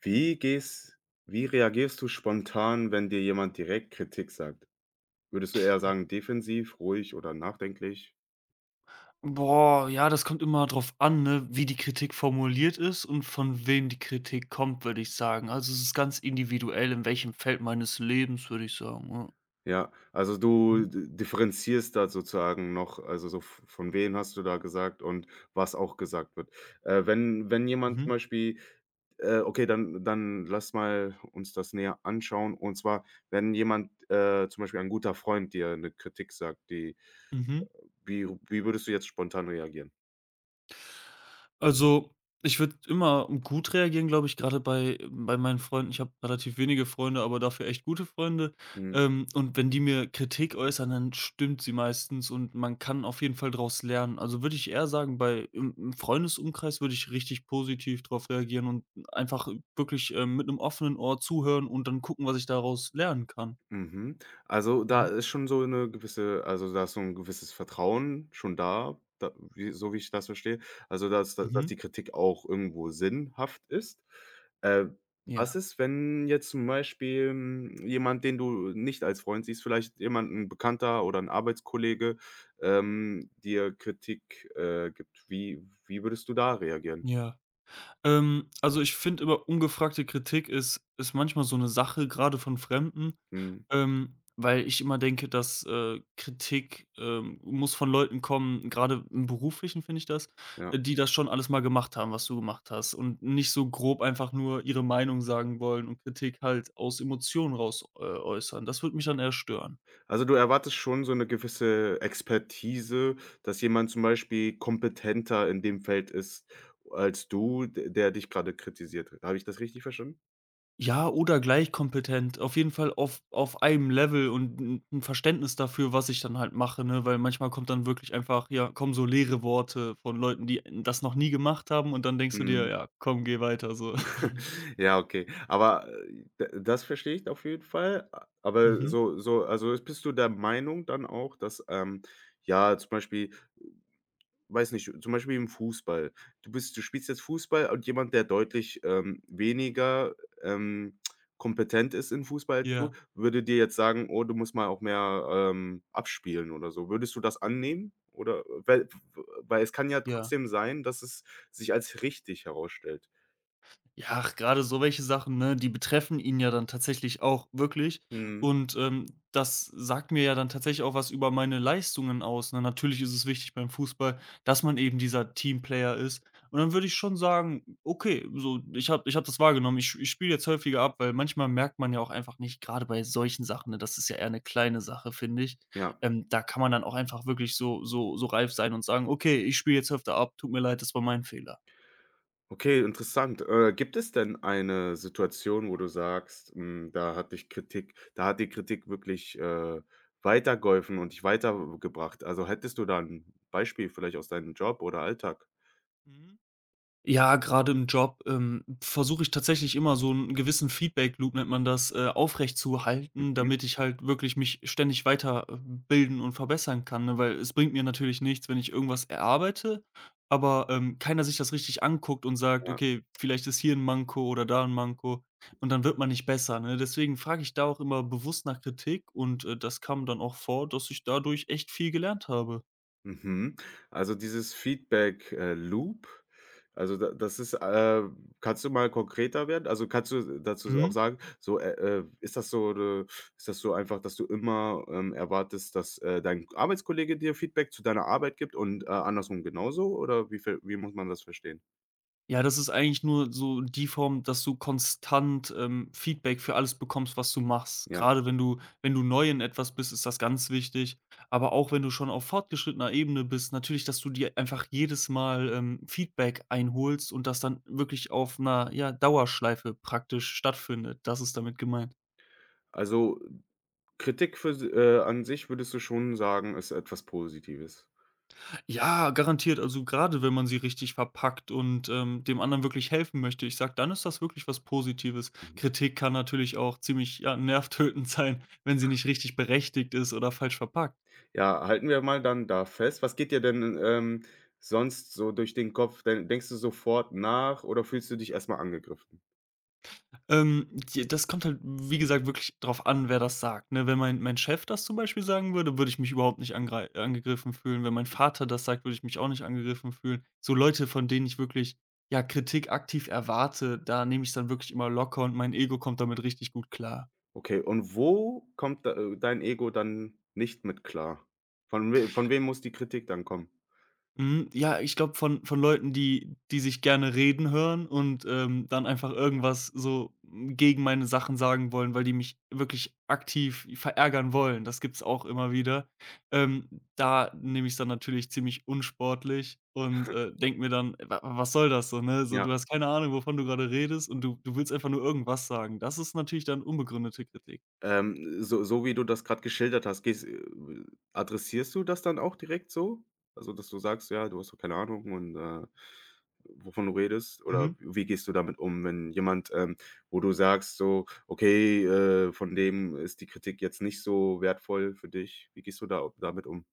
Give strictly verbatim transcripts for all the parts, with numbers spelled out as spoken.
Wie gehst wie reagierst du spontan, wenn dir jemand direkt Kritik sagt? Würdest du eher sagen defensiv, ruhig oder nachdenklich? Boah, ja, das kommt immer drauf an, ne, wie die Kritik formuliert ist und von wem die Kritik kommt, würde ich sagen. Also, es ist ganz individuell, in welchem Feld meines Lebens, würde ich sagen, ja. Ja, also Mhm. du d differenzierst da sozusagen noch, also so v von wem hast du da gesagt und was auch gesagt wird. Äh, wenn wenn jemand zum Mhm. Beispiel äh, okay, dann dann lass mal uns das näher anschauen. Und zwar, wenn jemand, äh, zum Beispiel ein guter Freund, dir eine Kritik sagt, die Mhm. wie wie würdest du jetzt spontan reagieren? Also, ich würde immer gut reagieren, glaube ich, gerade bei bei meinen Freunden. Ich habe relativ wenige Freunde, aber dafür echt gute Freunde. Mhm. Ähm, und wenn die mir Kritik äußern, dann stimmt sie meistens und man kann auf jeden Fall daraus lernen. Also, würde ich eher sagen, bei im im Freundesumkreis würde ich richtig positiv darauf reagieren und einfach wirklich, ähm, mit einem offenen Ohr zuhören und dann gucken, was ich daraus lernen kann. Mhm. Also, da Mhm. ist schon so eine gewisse, also da ist so ein gewisses Vertrauen schon da, da wie so wie ich das verstehe. Also, dass da dass Mhm. die Kritik auch irgendwo sinnhaft ist. Äh, Was Ja. ist, wenn jetzt zum Beispiel, hm, jemand, den du nicht als Freund siehst, vielleicht jemand 'n Bekannter oder 'n Arbeitskollege, ähm, dir Kritik, äh, gibt? Wie wie würdest du da reagieren? Ja. Ähm, also, ich finde immer, ungefragte Kritik ist ist manchmal so eine Sache, gerade von Fremden. Mhm, Ähm, weil ich immer denke, dass, äh, Kritik, ähm, muss von Leuten kommen, gerade im Beruflichen finde ich das, ja. äh, die das schon alles mal gemacht haben, was du gemacht hast, und nicht so grob einfach nur ihre Meinung sagen wollen und Kritik halt aus Emotionen raus, äh, äußern. Das würde mich dann eher stören. Also, du erwartest schon so eine gewisse Expertise, dass jemand zum Beispiel kompetenter in dem Feld ist als du, d der dich gerade kritisiert. Habe ich das richtig verstanden? Ja, oder gleich kompetent, auf jeden Fall auf auf einem Level und 'n 'n Verständnis dafür, was ich dann halt mache, ne? Weil manchmal kommt dann wirklich einfach ja, kommen so leere Worte von Leuten, die das noch nie gemacht haben, und dann denkst du dir: Mhm. „Ja, komm, geh weiter“, so. Ja, okay. Aber, äh, d das verstehe ich auf jeden Fall. A aber Mhm. so so also, ist- bist du der Meinung dann auch, dass, ähm, ja, zum Beispiel weiß nicht, zum Beispiel im Fußball. Du bist du spielst jetzt Fußball und jemand, der deutlich, ähm, weniger, ähm, kompetent ist in Fußball als du, Ja, würde dir jetzt sagen: „Oh, du musst mal auch mehr, ähm, abspielen“ oder so. Würdest du das annehmen? Oder weil weil es kann ja ja. trotzdem sein, dass es sich als richtig herausstellt. Ja, ach, grade so welche Sachen, ne, die betreffen ihn ja dann tatsächlich auch wirklich. Mhm. Und, ähm, das sagt mir ja dann tatsächlich auch was über meine Leistungen aus, ne? Natürlich ist es wichtig beim Fußball, dass man eben dieser Teamplayer ist. Und dann würde ich schon sagen: „Okay, so, ich habe ich habe das wahrgenommen. Ich ich spiele jetzt häufiger ab“, weil manchmal merkt man ja auch einfach nicht. Gerade bei solchen Sachen, ne, das ist ja eher eine kleine Sache, finde ich. Ja. Ähm, da kann man dann auch einfach wirklich so so so reif sein und sagen: „Okay, ich spiele jetzt öfter ab. Tut mir leid, das war mein Fehler.“ Okay, interessant. Äh, gibt es denn eine Situation, wo du sagst, hm, da hat dich Kritik da hat die Kritik wirklich, äh, weitergeholfen und dich weitergebracht? Also, hättest du da ein Beispiel vielleicht aus deinem Job oder Alltag? Mhm. Ja, gerade im Job, ähm, versuche ich tatsächlich immer so einen gewissen Feedback-Loop nennt man das, äh, aufrechtzuhalten, damit ich halt wirklich mich ständig weiterbilden und verbessern kann, ne? Weil es bringt mir natürlich nichts, wenn ich irgendwas erarbeite, aber, ähm, keiner sich das richtig anguckt und sagt: Ja. „Okay, vielleicht ist hier ein Manko oder da ein Manko“, und dann wird man nicht besser, ne? Deswegen frage ich da auch immer bewusst nach Kritik, und, äh, das kam dann auch vor, dass ich dadurch echt viel gelernt habe. Mhm. Also dieses Feedback, äh, Loop, also da das ist, äh kannst du mal konkreter werden? Also, kannst du dazu auch Mhm. sagen, so, äh, äh, ist das so 'ne ist das so einfach, dass du immer, ähm, erwartest, dass, äh, dein Arbeitskollege dir Feedback zu deiner Arbeit gibt und, äh, andersrum genauso oder wie ver wie muss man das verstehen? Ja, das ist eigentlich nur so die Form, dass du konstant, ähm, Feedback für alles bekommst, was du machst. Ja. Gerade wenn du wenn du neu in etwas bist, ist das ganz wichtig. Aber auch wenn du schon auf fortgeschrittener Ebene bist, natürlich, dass du dir einfach jedes Mal, ähm, Feedback einholst und das dann wirklich auf einer ja, Dauerschleife praktisch stattfindet. Das ist damit gemeint. Also, Kritik für si äh, an sich würdest du schon sagen, ist etwas Positives? Ja, garantiert. Also gerade wenn man sie richtig verpackt und, ähm, dem anderen wirklich helfen möchte, ich sag, dann ist das wirklich was Positives. Kritik kann natürlich auch ziemlich, ja, nervtötend sein, wenn sie nicht richtig berechtigt ist oder falsch verpackt. Ja, halten wir mal dann da fest. Was geht dir denn, ähm, sonst so durch den Kopf? Den denkst du sofort nach oder fühlst du dich erstmal angegriffen? Ähm, d das kommt halt, wie gesagt, wirklich drauf an, wer das sagt, ne? Wenn mein mein Chef das zum Beispiel sagen würde, würde ich mich überhaupt nicht angrei angegriffen fühlen. Wenn mein Vater das sagt, würde ich mich auch nicht angegriffen fühlen. So Leute, von denen ich wirklich, ja, Kritik aktiv erwarte, da nehme ich's dann wirklich immer locker und mein Ego kommt damit richtig gut klar. Okay, und wo kommt, da- äh, dein Ego dann nicht mit klar? Von we von wem muss die Kritik dann kommen? Mhm, ja, ich glaube von von Leuten, die die sich gerne reden hören und, ähm, dann einfach irgendwas so hm, gegen meine Sachen sagen wollen, weil die mich wirklich aktiv verärgern wollen. Das gibt's auch immer wieder. Ähm, da nehme ich's dann natürlich ziemlich unsportlich und, äh, denke mir dann: „Wa Was soll das so, ne? So, Ja. du hast keine Ahnung, wovon du gerade redest, und du du willst einfach nur irgendwas sagen.“ Das ist natürlich dann unbegründete Kritik. Ähm, so so wie du das gerade geschildert hast, gehst äh, adressierst du das dann auch direkt so? Also, dass du sagst: „Ja, du hast doch keine Ahnung und, äh, wovon du redest?“ Oder Mhm. wie gehst du damit um, wenn jemand, ähm wo du sagst so: „Okay, äh, von dem ist die Kritik jetzt nicht so wertvoll für dich.“ Wie gehst du da damit um?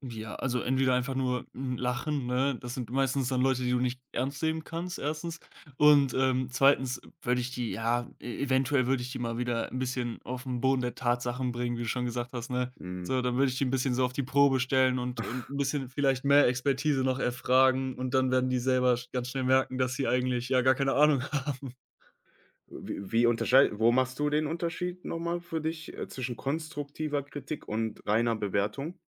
Ja, also entweder einfach nur, hm, lachen, ne? Das sind meistens dann Leute, die du nicht ernst nehmen kannst, erstens. Und, ähm, zweitens würde ich die ja, e eventuell würde ich die mal wieder ein bisschen auf den Boden der Tatsachen bringen, wie du schon gesagt hast, ne? Hm, So, dann würde ich die ein bisschen so auf die Probe stellen und und ein bisschen vielleicht mehr Expertise noch erfragen, und dann werden die selber sch ganz schnell merken, dass sie eigentlich, ja, gar keine Ahnung haben. wie wie unterschei wo machst du den Unterschied nochmal für dich, äh, zwischen konstruktiver Kritik und reiner Bewertung?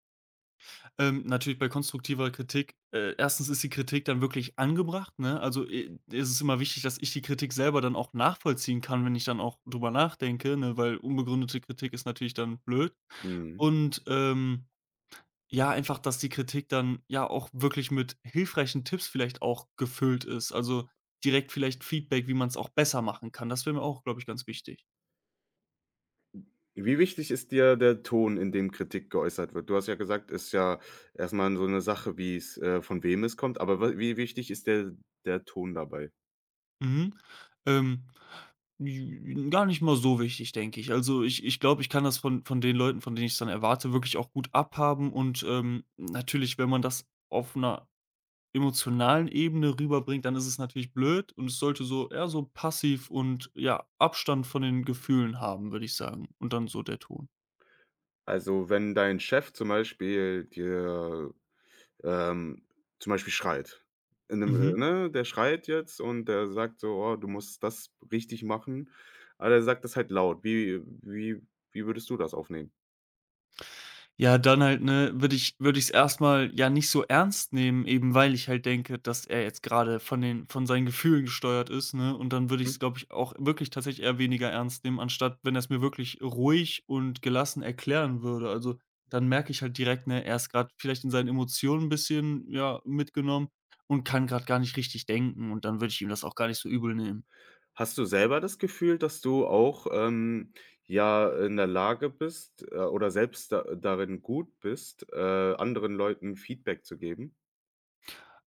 Ähm, natürlich bei konstruktiver Kritik, äh, erstens ist die Kritik dann wirklich angebracht, ne? Also, äh, ist es immer wichtig, dass ich die Kritik selber dann auch nachvollziehen kann, wenn ich dann auch drüber nachdenke, ne, weil unbegründete Kritik ist natürlich dann blöd. Mhm. Und, ähm, ja, einfach, dass die Kritik dann ja auch wirklich mit hilfreichen Tipps vielleicht auch gefüllt ist. Also, direkt vielleicht Feedback, wie man es auch besser machen kann. Das wäre mir auch, glaube ich, ganz wichtig. Wie wichtig ist dir der Ton, in dem Kritik geäußert wird? Du hast ja gesagt, ist ja erstmal so eine Sache, wie's äh, von wem es kommt, aber wa wie wichtig ist der der Ton dabei? Mhm. Ähm, J gar nicht mal so wichtig, denke ich. Also, ich ich glaube, ich kann das von von den Leuten, von denen ich es dann erwarte, wirklich auch gut abhaben und, ähm, natürlich, wenn man das auf einer emotionalen Ebene rüberbringt, dann ist es natürlich blöd, und es sollte so eher so passiv und, ja, Abstand von den Gefühlen haben, würde ich sagen, und dann so der Ton. Also, wenn dein Chef zum Beispiel dir, ähm zum Beispiel schreit, in 'nem Mhm. äh, ne, der schreit jetzt und der sagt so: „Oh, du musst das richtig machen“, aber er sagt das halt laut. Wie wie wie würdest du das aufnehmen? Ja, dann halt, ne, würde ich würde ich es erstmal ja, nicht so ernst nehmen, eben weil ich halt denke, dass er jetzt gerade von den von seinen Gefühlen gesteuert ist, ne? Und dann würde Hm? ich's, glaube ich, auch wirklich tatsächlich eher weniger ernst nehmen, anstatt wenn er es mir wirklich ruhig und gelassen erklären würde. Also, dann merke ich halt direkt, ne, er ist gerade vielleicht in seinen Emotionen 'n bisschen, ja, mitgenommen und kann gerade gar nicht richtig denken, und dann würde ich ihm das auch gar nicht so übel nehmen. Hast du selber das Gefühl, dass du auch, ähm, ja, in der Lage bist, äh, oder selbst da darin gut bist, äh, anderen Leuten Feedback zu geben?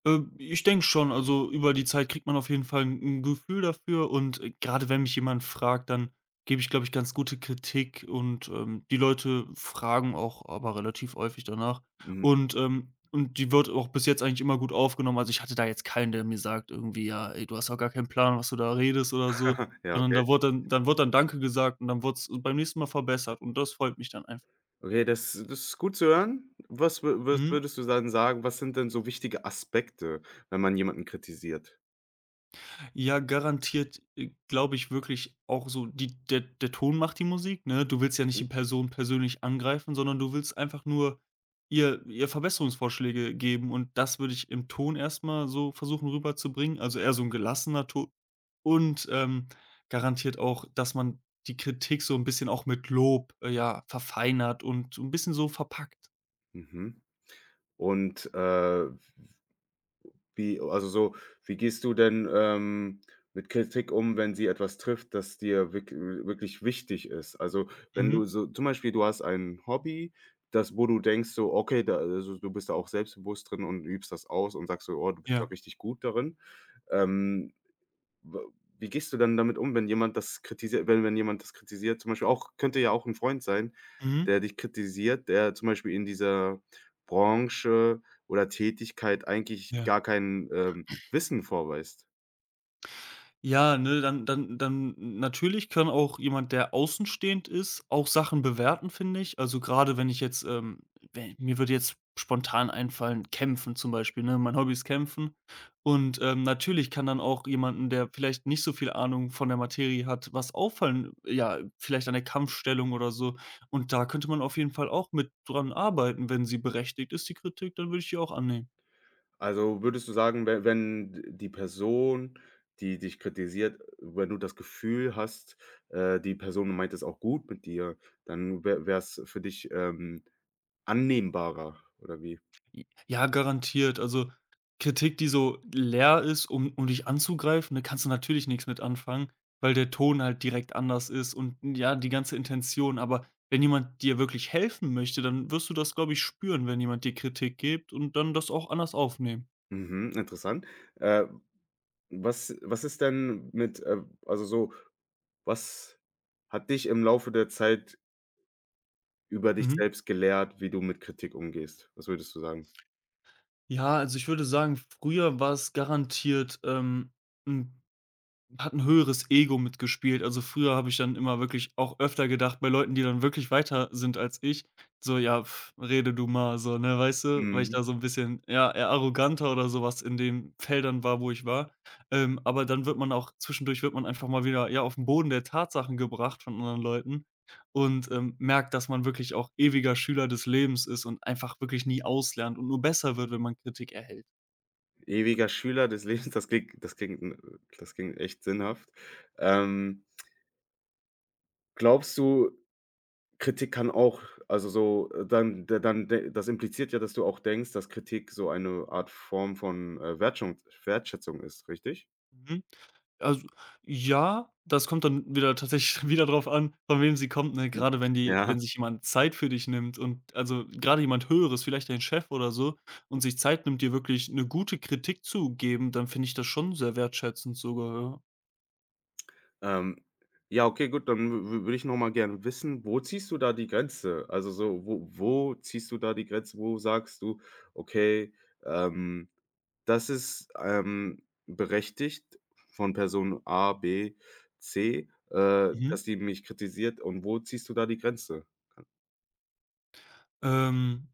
Ähm, ich denke schon, also über die Zeit kriegt man auf jeden Fall ein 'n Gefühl dafür und, äh, grade wenn mich jemand fragt, dann gebe ich, glaube ich, ganz gute Kritik und, ähm, die Leute fragen auch aber relativ häufig danach Mhm. und, ähm und die wird auch bis jetzt eigentlich immer gut aufgenommen. Also, ich hatte da jetzt keinen, der mir sagt irgendwie: „Ja, ey, du hast auch gar keinen Plan, was du da redest“ oder so, Ja, sondern da okay. wurde dann dann wird dann „Danke“ gesagt, und dann wurde es beim nächsten Mal verbessert, und das freut mich dann einfach. Okay, das das ist gut zu hören. Was wür was Mhm. würdest du dann sagen, was sind denn so wichtige Aspekte, wenn man jemanden kritisiert? Ja, garantiert, äh, glaube ich wirklich auch so, die der der Ton macht die Musik, ne? Du willst ja nicht Mhm. die Person persönlich angreifen, sondern du willst einfach nur ihr ihr Verbesserungsvorschläge geben, und das würde ich im Ton erstmal so versuchen rüberzubringen, also eher so ein gelassener Ton und, ähm, garantiert auch, dass man die Kritik so ein bisschen auch mit Lob, äh, ja, verfeinert und so 'n bisschen so verpackt. Mhm. Und, äh wie also so, wie gehst du denn, ähm, mit Kritik um, wenn sie etwas trifft, das dir wirk wirklich wichtig ist? Also, wenn Mhm. du so zum Beispiel, du hast ein Hobby, das wo du denkst so: „Okay, da also, du bist da auch selbstbewusst drin und übst das aus und sagst so: 'Oh, du bist da Ja. richtig gut darin.' Ähm, W wie gehst du dann damit um, wenn jemand das kritisiert wenn wenn jemand das kritisiert? Zum Beispiel auch könnte ja auch ein Freund sein, Mhm. der dich kritisiert, der zum Beispiel in dieser Branche oder Tätigkeit eigentlich Ja. gar kein, ähm, Wissen vorweist. Ja, ne, dann dann dann natürlich kann auch jemand, der außenstehend ist, auch Sachen bewerten, finde ich. Also, gerade wenn ich jetzt, ähm wenn mir würde jetzt spontan einfallen, Kämpfen zum Beispiel, ne? Mein Hobby ist Kämpfen. Und, ähm, natürlich kann dann auch jemanden, der vielleicht nicht so viel Ahnung von der Materie hat, was auffallen, ja, vielleicht an der Kampfstellung oder so. Und da könnte man auf jeden Fall auch mit dran arbeiten. Wenn sie berechtigt ist, die Kritik, dann würde ich die auch annehmen. Also, würdest du sagen, we wenn die Person, die dich kritisiert wenn du das Gefühl hast, äh, die Person meint es auch gut mit dir, dann wäre es für dich, ähm, annehmbarer oder wie? Ja, garantiert. Also, Kritik, die so leer ist, um um dich anzugreifen, da kannst du natürlich nichts mit anfangen, weil der Ton halt direkt anders ist und, ja, die ganze Intention. Aber wenn jemand dir wirklich helfen möchte, dann wirst du das, glaube ich, spüren, wenn jemand dir Kritik gibt, und dann das auch anders aufnehmen. Mhm, interessant. Äh Was was ist denn mit, äh also so, was hat dich im Laufe der Zeit über dich Mhm. selbst gelehrt, wie du mit Kritik umgehst? Was würdest du sagen? Ja, also, ich würde sagen, früher war es garantiert, ähm, 'n hat ein höheres Ego mitgespielt. Also, früher habe ich dann immer wirklich auch öfter gedacht bei Leuten, die dann wirklich weiter sind als ich, so: „Ja, pf, rede du mal“, so, ne, weißt du? Weil ich Mhm. da so ein bisschen, ja, eher arroganter oder sowas in den Feldern war, wo ich war. Ähm, aber dann wird man auch zwischendurch wird man einfach mal wieder, ja, auf den Boden der Tatsachen gebracht von anderen Leuten und, ähm, merkt, dass man wirklich auch ewiger Schüler des Lebens ist und einfach wirklich nie auslernt und nur besser wird, wenn man Kritik erhält. Ewiger Schüler des Lebens, das klingt das klingt, äh das klingt echt sinnhaft. Ähm, Glaubst du, Kritik kann auch also so, äh, dann d dann d das impliziert ja, dass du auch denkst, dass Kritik so eine Art Form von, äh, Wertschung Wertschätzung ist, richtig? Mhm. Also, ja, das kommt dann wieder tatsächlich wieder drauf an, von wem sie kommt, ne? Hm. Grade wenn die Ja. wenn sich jemand Zeit für dich nimmt und also, gerade jemand Höheres, vielleicht dein Chef oder so, und sich Zeit nimmt, dir wirklich eine gute Kritik zu geben, dann finde ich das schon sehr wertschätzend sogar, ja. Ähm, ja, okay, gut, dann würde ich noch mal gerne wissen, wo ziehst du da die Grenze? Also so, wo wo ziehst du da die Grenze? Wo sagst du: „Okay, ähm, das ist, ähm, berechtigt von Person A, B, C, äh, Mhm. dass die mich kritisiert“ und wo ziehst du da die Grenze? Ähm,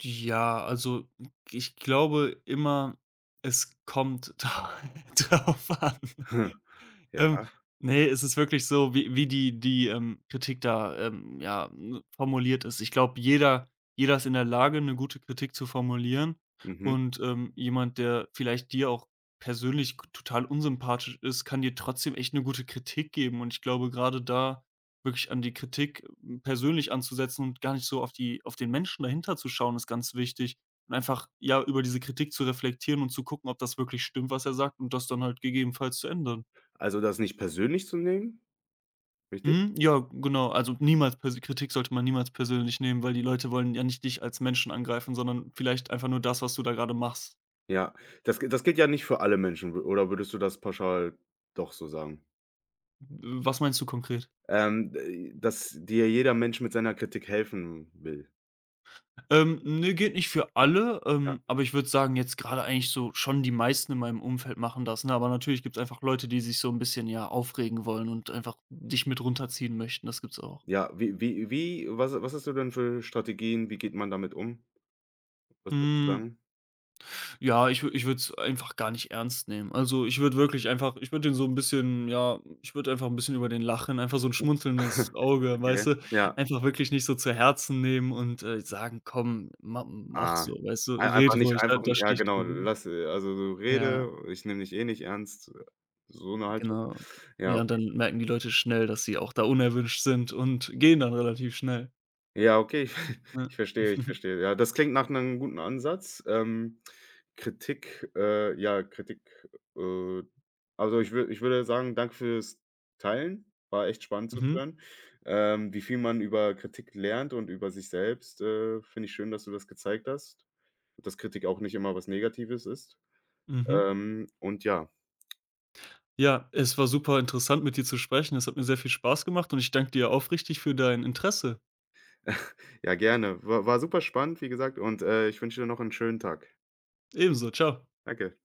ja, also, ich glaube immer, es kommt drauf an. Ja, Ähm, ne, es ist wirklich so, wie wie die die, ähm, Kritik da, ähm, ja, n formuliert ist. Ich glaube, jeder jeder ist in der Lage, eine gute Kritik zu formulieren mhm. und, ähm, jemand, der vielleicht dir auch persönlich g total unsympathisch ist, kann dir trotzdem echt eine gute Kritik geben, und ich glaube, gerade da wirklich an die Kritik, hm, persönlich anzusetzen und gar nicht so auf die auf den Menschen dahinter zu schauen, ist ganz wichtig, und einfach, ja, über diese Kritik zu reflektieren und zu gucken, ob das wirklich stimmt, was er sagt, und das dann halt gegebenenfalls zu ändern. Also, das nicht persönlich zu nehmen, richtig? Mhm, ja, genau. Also, niemals persö Kritik sollte man niemals persönlich nehmen, weil die Leute wollen ja nicht dich als Menschen angreifen, sondern vielleicht einfach nur das, was du da gerade machst. Ja, das g das gilt ja nicht für alle Menschen, w oder würdest du das pauschal doch so sagen? Was meinst du konkret? Ähm, d dass dir jeder Mensch mit seiner Kritik helfen will. Ähm, ne, geht nicht für alle, Ja. ähm, aber ich würde sagen, jetzt gerade eigentlich so schon die meisten in meinem Umfeld machen das, ne? Aber natürlich gibt es einfach Leute, die sich so ein bisschen, ja, aufregen wollen und einfach dich mit runterziehen möchten. Das gibt's auch. Ja, wie wie wie was was hast du denn für Strategien? Wie geht man damit um? Was würdest du Hm. sagen? Ja, ich wü ich würde es einfach gar nicht ernst nehmen. Also, ich würde wirklich einfach ich würde den so ein bisschen ja, ich würde einfach ein bisschen über den lachen, einfach so ein schmunzelndes Auge, Okay, weißt du? ja. Einfach wirklich nicht so zu Herzen nehmen und, äh, sagen: „Komm, ma mach Ah, so“, weißt du? ei einfach Red nicht ruhig, da einfach da ja, stehe ich genau, drüber. lass äh, also, so Ja, rede, ich nehme dich eh nicht ernst, so eine Haltung. genau. Ja. Ja, und dann merken die Leute schnell, dass sie auch da unerwünscht sind und gehen dann relativ schnell, Ja, okay, ich ne? ich verstehe, ich verstehe. Ja, das klingt nach einem guten Ansatz. Ähm, Kritik äh, ja, Kritik, äh also, ich wür ich würde sagen, danke fürs Teilen. War echt spannend Mhm, zuzuhören. Ähm, wie viel man über Kritik lernt und über sich selbst, äh, finde ich schön, dass du das gezeigt hast, dass Kritik auch nicht immer was Negatives ist. mhm. Ähm, und ja, Ja, es war super interessant, mit dir zu sprechen. Es hat mir sehr viel Spaß gemacht, und ich danke dir aufrichtig für dein Interesse. ja, gerne. War war super spannend, wie gesagt, und, äh, ich wünsche dir noch einen schönen Tag. Ebenso, ciao. Danke.